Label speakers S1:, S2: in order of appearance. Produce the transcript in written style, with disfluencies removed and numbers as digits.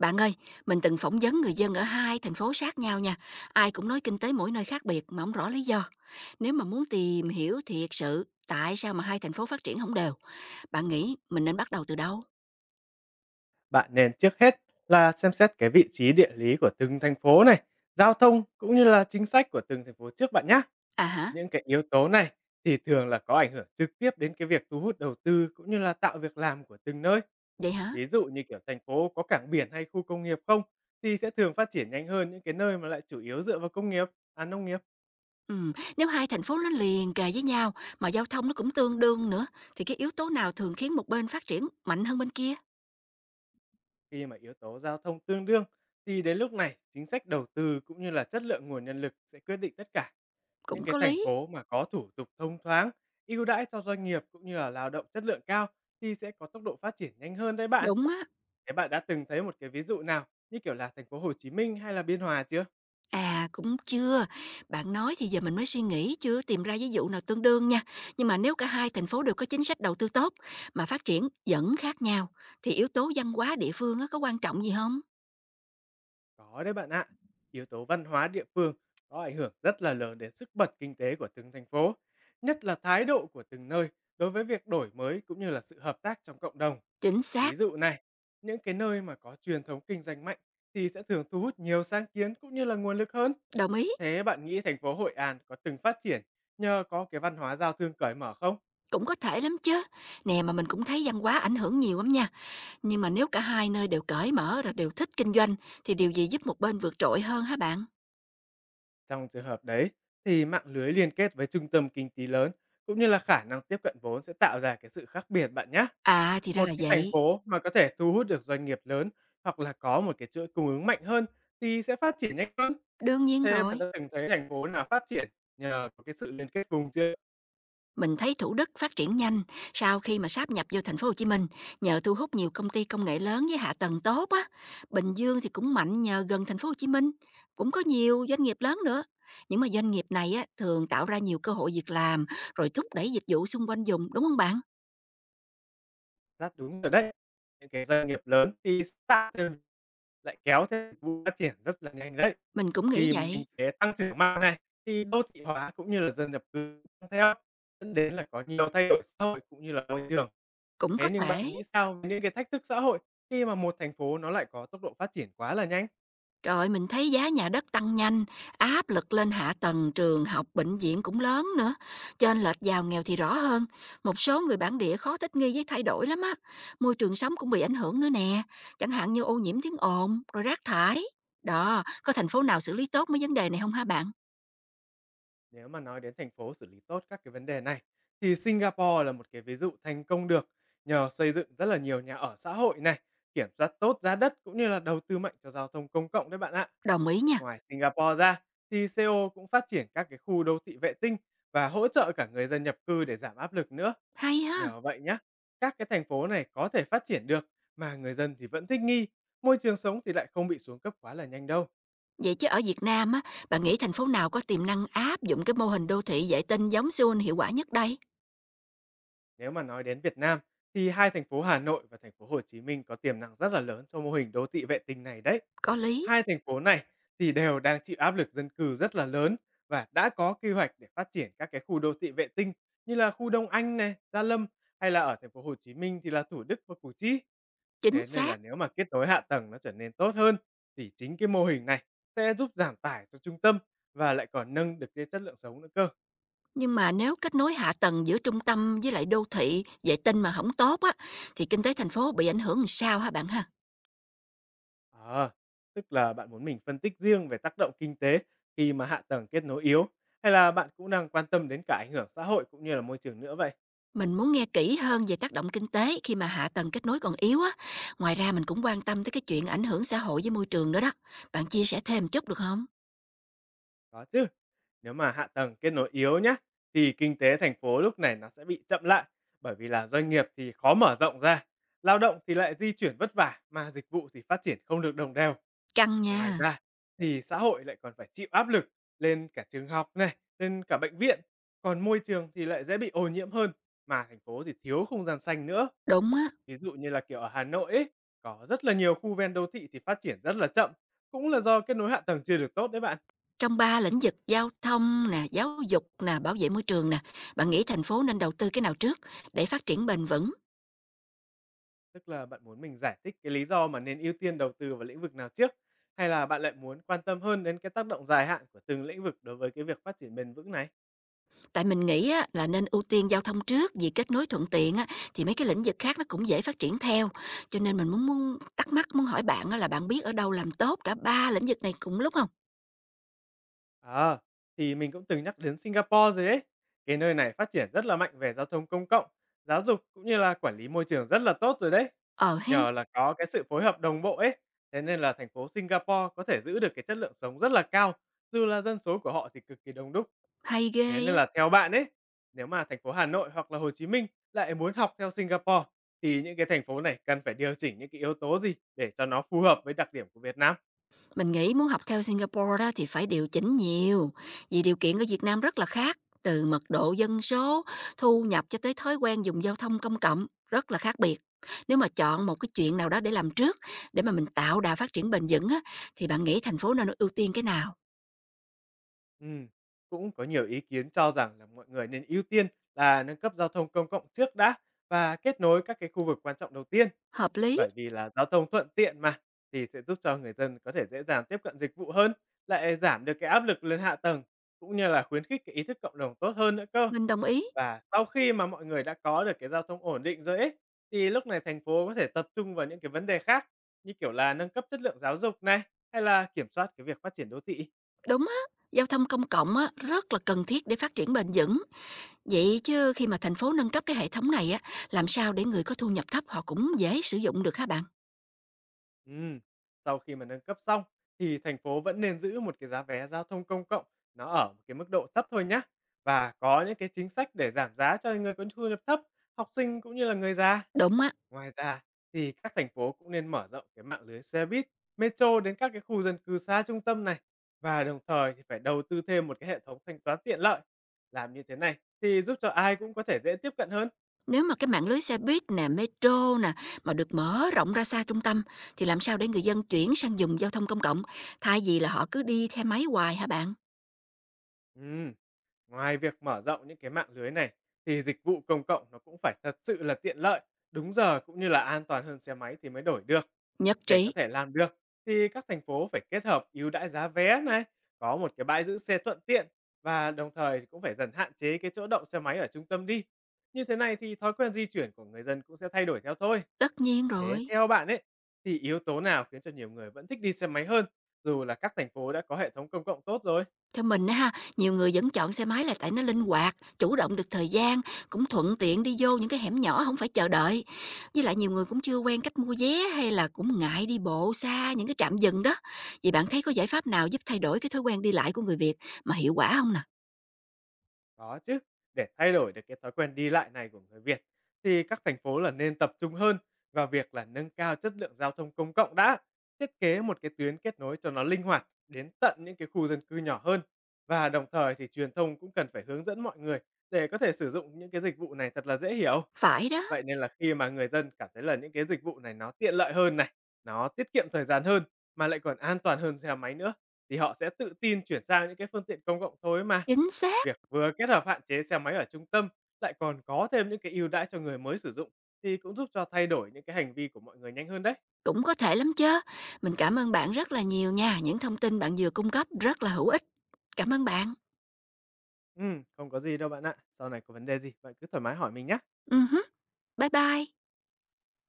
S1: Bạn ơi, mình từng phỏng vấn người dân ở hai thành phố sát nhau nha. Ai cũng nói kinh tế mỗi nơi khác biệt mà không rõ lý do. Nếu mà muốn tìm hiểu thiệt sự tại sao mà hai thành phố phát triển không đều, bạn nghĩ mình nên bắt đầu từ đâu?
S2: Bạn nên trước hết là xem xét cái vị trí địa lý của từng thành phố này, giao thông cũng như là chính sách của từng thành phố trước bạn nhé.
S1: À hả?
S2: Những cái yếu tố này thì thường là có ảnh hưởng trực tiếp đến cái việc thu hút đầu tư cũng như là tạo việc làm của từng nơi.
S1: Vậy hả?
S2: Ví dụ như kiểu thành phố có cảng biển hay khu công nghiệp không thì sẽ thường phát triển nhanh hơn những cái nơi mà lại chủ yếu dựa vào công nghiệp, à nông nghiệp.
S1: Ừ, nếu hai thành phố nó liền kề với nhau mà giao thông nó cũng tương đương nữa thì cái yếu tố nào thường khiến một bên phát triển mạnh hơn bên kia?
S2: Khi mà yếu tố giao thông tương đương thì đến lúc này chính sách đầu tư cũng như là chất lượng nguồn nhân lực sẽ quyết định tất cả. Những
S1: Cũng
S2: cái
S1: có
S2: thành
S1: lý.
S2: phố mà có thủ tục thông thoáng, ưu đãi cho doanh nghiệp cũng như là lao động chất lượng cao thì sẽ có tốc độ phát triển nhanh hơn đấy bạn.
S1: Đúng á.
S2: Thế bạn đã từng thấy một cái ví dụ nào như kiểu là thành phố Hồ Chí Minh hay là Biên Hòa chưa?
S1: À, cũng chưa. Bạn nói thì giờ mình mới suy nghĩ, chưa tìm ra ví dụ nào tương đương nha. Nhưng mà nếu cả hai thành phố đều có chính sách đầu tư tốt mà phát triển vẫn khác nhau, thì yếu tố văn hóa địa phương á, có quan trọng gì không?
S2: Có đấy bạn ạ. Yếu tố văn hóa địa phương có ảnh hưởng rất là lớn đến sức bật kinh tế của từng thành phố, nhất là thái độ của từng nơi đối với việc đổi mới cũng như là sự hợp tác trong cộng đồng.
S1: Chính
S2: Ví
S1: xác,
S2: dụ này, những cái nơi mà có truyền thống kinh doanh mạnh thì sẽ thường thu hút nhiều sáng kiến cũng như là nguồn lực hơn.
S1: đồng ý.
S2: Thế bạn nghĩ thành phố Hội An có từng phát triển nhờ có cái văn hóa giao thương cởi mở không?
S1: Cũng có thể lắm chứ. Nè mà mình cũng thấy văn hóa ảnh hưởng nhiều lắm nha. Nhưng mà nếu cả hai nơi đều cởi mở rồi đều thích kinh doanh, thì điều gì giúp một bên vượt trội hơn hả bạn?
S2: Trong trường hợp đấy thì mạng lưới liên kết với trung tâm kinh tế lớn cũng như là khả năng tiếp cận vốn sẽ tạo ra cái sự khác biệt bạn nhé.
S1: À, thì ra
S2: Một
S1: là
S2: cái thành
S1: vậy.
S2: phố mà có thể thu hút được doanh nghiệp lớn hoặc là có một cái chuỗi cung ứng mạnh hơn thì sẽ phát triển nhanh hơn.
S1: Đương nhiên
S2: Thế bạn
S1: rồi.
S2: đã từng thấy thành phố nào phát triển nhờ có cái sự liên kết vùng chưa?
S1: Mình thấy Thủ Đức phát triển nhanh sau khi mà sáp nhập vô thành phố Hồ Chí Minh nhờ thu hút nhiều công ty công nghệ lớn với hạ tầng tốt á. Bình Dương thì cũng mạnh nhờ gần thành phố Hồ Chí Minh, cũng có nhiều doanh nghiệp lớn nữa. Nhưng mà doanh nghiệp này á, thường tạo ra nhiều cơ hội việc làm rồi thúc đẩy dịch vụ xung quanh vùng, đúng không bạn?
S2: Rất đúng rồi đấy. Những cái doanh nghiệp lớn khi start thêm lại kéo theo dịch vụ phát triển rất là nhanh đấy.
S1: Mình cũng nghĩ
S2: Khi mà kinh
S1: vậy,
S2: tế tăng trưởng mạnh này, thì đô thị hóa cũng như là dân nhập cư tăng theo, dẫn đến là có nhiều thay đổi xã hội cũng như là môi trường.
S1: cũng có
S2: Thế nhưng bạn
S1: thể.
S2: nghĩ sao về những cái thách thức xã hội khi mà một thành phố nó lại có tốc độ phát triển quá là nhanh?
S1: Trời mình thấy giá nhà đất tăng nhanh, áp lực lên hạ tầng, trường học, bệnh viện cũng lớn nữa. Chênh lệch giàu nghèo thì rõ hơn. Một số người bản địa khó thích nghi với thay đổi lắm á. Môi trường sống cũng bị ảnh hưởng nữa nè. Chẳng hạn như ô nhiễm tiếng ồn, rồi rác thải. Đó, có thành phố nào xử lý tốt mấy vấn đề này không hả bạn?
S2: Nếu mà nói đến thành phố xử lý tốt các cái vấn đề này thì Singapore là một cái ví dụ thành công được nhờ xây dựng rất là nhiều nhà ở xã hội này, kiểm soát tốt giá đất cũng như là đầu tư mạnh cho giao thông công cộng đấy bạn ạ.
S1: Đồng ý nha.
S2: Ngoài Singapore ra thì Seoul cũng phát triển các cái khu đô thị vệ tinh và hỗ trợ cả người dân nhập cư để giảm áp lực nữa.
S1: Hay ha.
S2: Nhờ vậy nhá, các cái thành phố này có thể phát triển được mà người dân thì vẫn thích nghi, môi trường sống thì lại không bị xuống cấp quá là nhanh đâu.
S1: Vậy chứ ở Việt Nam á, bạn nghĩ thành phố nào có tiềm năng áp dụng cái mô hình đô thị vệ tinh giống Seoul hiệu quả nhất đây?
S2: Nếu mà nói đến Việt Nam thì hai thành phố Hà Nội và thành phố Hồ Chí Minh có tiềm năng rất là lớn cho mô hình đô thị vệ tinh này đấy.
S1: Có lý.
S2: Hai thành phố này thì đều đang chịu áp lực dân cư rất là lớn và đã có quy hoạch để phát triển các cái khu đô thị vệ tinh như là khu Đông Anh này, Gia Lâm, hay là ở thành phố Hồ Chí Minh thì là Thủ Đức và Củ Chi.
S1: Chính
S2: Thế nên là
S1: xác.
S2: nếu mà kết nối hạ tầng nó trở nên tốt hơn thì chính cái mô hình này sẽ giúp giảm tải cho trung tâm và lại còn nâng được cái chất lượng sống nữa cơ.
S1: Nhưng mà nếu kết nối hạ tầng giữa trung tâm với lại đô thị, vệ tinh mà không tốt á, thì kinh tế thành phố bị ảnh hưởng làm sao hả bạn ha?
S2: À, tức là bạn muốn mình phân tích riêng về tác động kinh tế khi mà hạ tầng kết nối yếu, hay là bạn cũng đang quan tâm đến cả ảnh hưởng xã hội cũng như là môi trường nữa vậy?
S1: Mình muốn nghe kỹ hơn về tác động kinh tế khi mà hạ tầng kết nối còn yếu á. Ngoài ra mình cũng quan tâm tới cái chuyện ảnh hưởng xã hội với môi trường nữa đó. Bạn chia sẻ thêm chút được không?
S2: Có chứ. Nếu mà hạ tầng kết nối yếu nhá thì kinh tế thành phố lúc này nó sẽ bị chậm lại, bởi vì là doanh nghiệp thì khó mở rộng ra, lao động thì lại di chuyển vất vả, mà dịch vụ thì phát triển không được đồng đều.
S1: Căng
S2: Ngoài
S1: nha.
S2: ra thì xã hội lại còn phải chịu áp lực lên cả trường học này, lên cả bệnh viện, còn môi trường thì lại dễ bị ô nhiễm hơn, mà thành phố thì thiếu không gian xanh nữa.
S1: Đúng á,
S2: Ví dụ như là, ở Hà Nội ấy, có rất là nhiều khu ven đô thị thì phát triển rất là chậm, cũng là do kết nối hạ tầng chưa được tốt đấy bạn.
S1: trong ba lĩnh vực giao thông nè, giáo dục nè, bảo vệ môi trường nè, bạn nghĩ thành phố nên đầu tư cái nào trước để phát triển bền vững?
S2: Tức là bạn muốn mình giải thích cái lý do mà nên ưu tiên đầu tư vào lĩnh vực nào trước, hay là bạn lại muốn quan tâm hơn đến cái tác động dài hạn của từng lĩnh vực đối với cái việc phát triển bền vững này?
S1: Tại mình nghĩ á, là nên ưu tiên giao thông trước, vì kết nối thuận tiện á, thì mấy cái lĩnh vực khác nó cũng dễ phát triển theo. Cho nên mình muốn muốn thắc mắc, muốn hỏi bạn á, là bạn biết ở đâu làm tốt cả ba lĩnh vực này cùng lúc không?
S2: À, thì mình cũng từng nhắc đến Singapore rồi ấy. Cái nơi này phát triển rất là mạnh về giao thông công cộng, giáo dục cũng như là quản lý môi trường rất là tốt rồi đấy.
S1: Ờ hén,
S2: Nhờ là có cái sự phối hợp đồng bộ ấy, thế nên là thành phố Singapore có thể giữ được cái chất lượng sống rất là cao, dù là dân số của họ thì cực kỳ đông đúc.
S1: hay ghê
S2: Thế nên
S1: á!
S2: là theo bạn ấy, nếu mà thành phố Hà Nội hoặc là Hồ Chí Minh lại muốn học theo Singapore, thì những cái thành phố này cần phải điều chỉnh những cái yếu tố gì để cho nó phù hợp với đặc điểm của Việt Nam?
S1: Mình nghĩ muốn học theo Singapore đó thì phải điều chỉnh nhiều, vì điều kiện ở Việt Nam rất là khác, từ mật độ dân số, thu nhập cho tới thói quen dùng giao thông công cộng, rất là khác biệt. Nếu mà chọn một cái chuyện nào đó để làm trước, để mà mình tạo đà phát triển bền vững á, thì bạn nghĩ thành phố nên ưu tiên cái nào?
S2: Ừm, Cũng có nhiều ý kiến cho rằng là mọi người nên ưu tiên là nâng cấp giao thông công cộng trước đã và kết nối các cái khu vực quan trọng đầu tiên,
S1: Hợp lý,
S2: bởi vì là giao thông thuận tiện mà thì sẽ giúp cho người dân có thể dễ dàng tiếp cận dịch vụ hơn, lại giảm được cái áp lực lên hạ tầng cũng như là khuyến khích cái ý thức cộng đồng tốt hơn nữa cơ.
S1: mình đồng ý.
S2: Và sau khi mà mọi người đã có được cái giao thông ổn định rồi ấy, thì lúc này thành phố có thể tập trung vào những cái vấn đề khác như kiểu là nâng cấp chất lượng giáo dục này hay là kiểm soát cái việc phát triển đô thị.
S1: Đúng á, giao thông công cộng á, rất là cần thiết để phát triển bền vững. Vậy chứ khi mà thành phố nâng cấp cái hệ thống này á, làm sao để người có thu nhập thấp họ cũng dễ sử dụng được hả bạn?
S2: Ừm, Sau khi mà nâng cấp xong thì thành phố vẫn nên giữ một cái giá vé giao thông công cộng nó ở một cái mức độ thấp thôi nhé, và có những cái chính sách để giảm giá cho người có thu nhập thấp, học sinh cũng như là người già.
S1: Đúng á,
S2: Ngoài ra thì các thành phố cũng nên mở rộng cái mạng lưới xe buýt, metro đến các cái khu dân cư xa trung tâm này, và đồng thời thì phải đầu tư thêm một cái hệ thống thanh toán tiện lợi. Làm như thế này thì giúp cho ai cũng có thể dễ tiếp cận hơn.
S1: nếu mà cái mạng lưới xe buýt nè, metro nè, mà được mở rộng ra xa trung tâm, thì làm sao để người dân chuyển sang dùng giao thông công cộng, thay vì là họ cứ đi theo máy hoài hả bạn?
S2: Ừm. Ngoài việc mở rộng những cái mạng lưới này thì dịch vụ công cộng nó cũng phải thật sự là tiện lợi, đúng giờ cũng như là an toàn hơn xe máy thì mới đổi được.
S1: Nhất
S2: Để có
S1: trí,
S2: thể làm được thì các thành phố phải kết hợp ưu đãi giá vé này, có một cái bãi giữ xe thuận tiện, và đồng thời thì cũng phải dần hạn chế cái chỗ đậu xe máy ở trung tâm đi. Như thế này thì thói quen di chuyển của người dân cũng sẽ thay đổi theo thôi.
S1: tất nhiên
S2: Thế
S1: rồi.
S2: theo bạn ấy thì yếu tố nào khiến cho nhiều người vẫn thích đi xe máy hơn dù là các thành phố đã có hệ thống công cộng tốt rồi?
S1: Theo mình á ha, nhiều người vẫn chọn xe máy là tại nó linh hoạt, chủ động được thời gian, cũng thuận tiện đi vô những cái hẻm nhỏ không phải chờ đợi. Với lại nhiều người cũng chưa quen cách mua vé hay là cũng ngại đi bộ xa những cái trạm dừng đó. Vậy bạn thấy có giải pháp nào giúp thay đổi cái thói quen đi lại của người Việt mà hiệu quả không nè?
S2: Có chứ, để thay đổi được cái thói quen đi lại này của người Việt thì các thành phố là nên tập trung hơn vào việc là nâng cao chất lượng giao thông công cộng đã, thiết kế một cái tuyến kết nối cho nó linh hoạt đến tận những cái khu dân cư nhỏ hơn, và đồng thời thì truyền thông cũng cần phải hướng dẫn mọi người để có thể sử dụng những cái dịch vụ này thật là dễ hiểu.
S1: Phải đó,
S2: Vậy nên là khi mà người dân cảm thấy là những cái dịch vụ này nó tiện lợi hơn này, nó tiết kiệm thời gian hơn mà lại còn an toàn hơn xe máy nữa thì họ sẽ tự tin chuyển sang những cái phương tiện công cộng thôi mà.
S1: chính xác,
S2: Việc vừa kết hợp hạn chế xe máy ở trung tâm, lại còn có thêm những cái ưu đãi cho người mới sử dụng thì cũng giúp cho thay đổi những cái hành vi của mọi người nhanh hơn đấy.
S1: cũng có thể lắm chứ. Mình cảm ơn bạn rất là nhiều nha, những thông tin bạn vừa cung cấp rất là hữu ích. Cảm ơn bạn.
S2: Không có gì đâu bạn ạ. Sau này có vấn đề gì bạn cứ thoải mái hỏi mình nhé.
S1: Hứm, bye bye.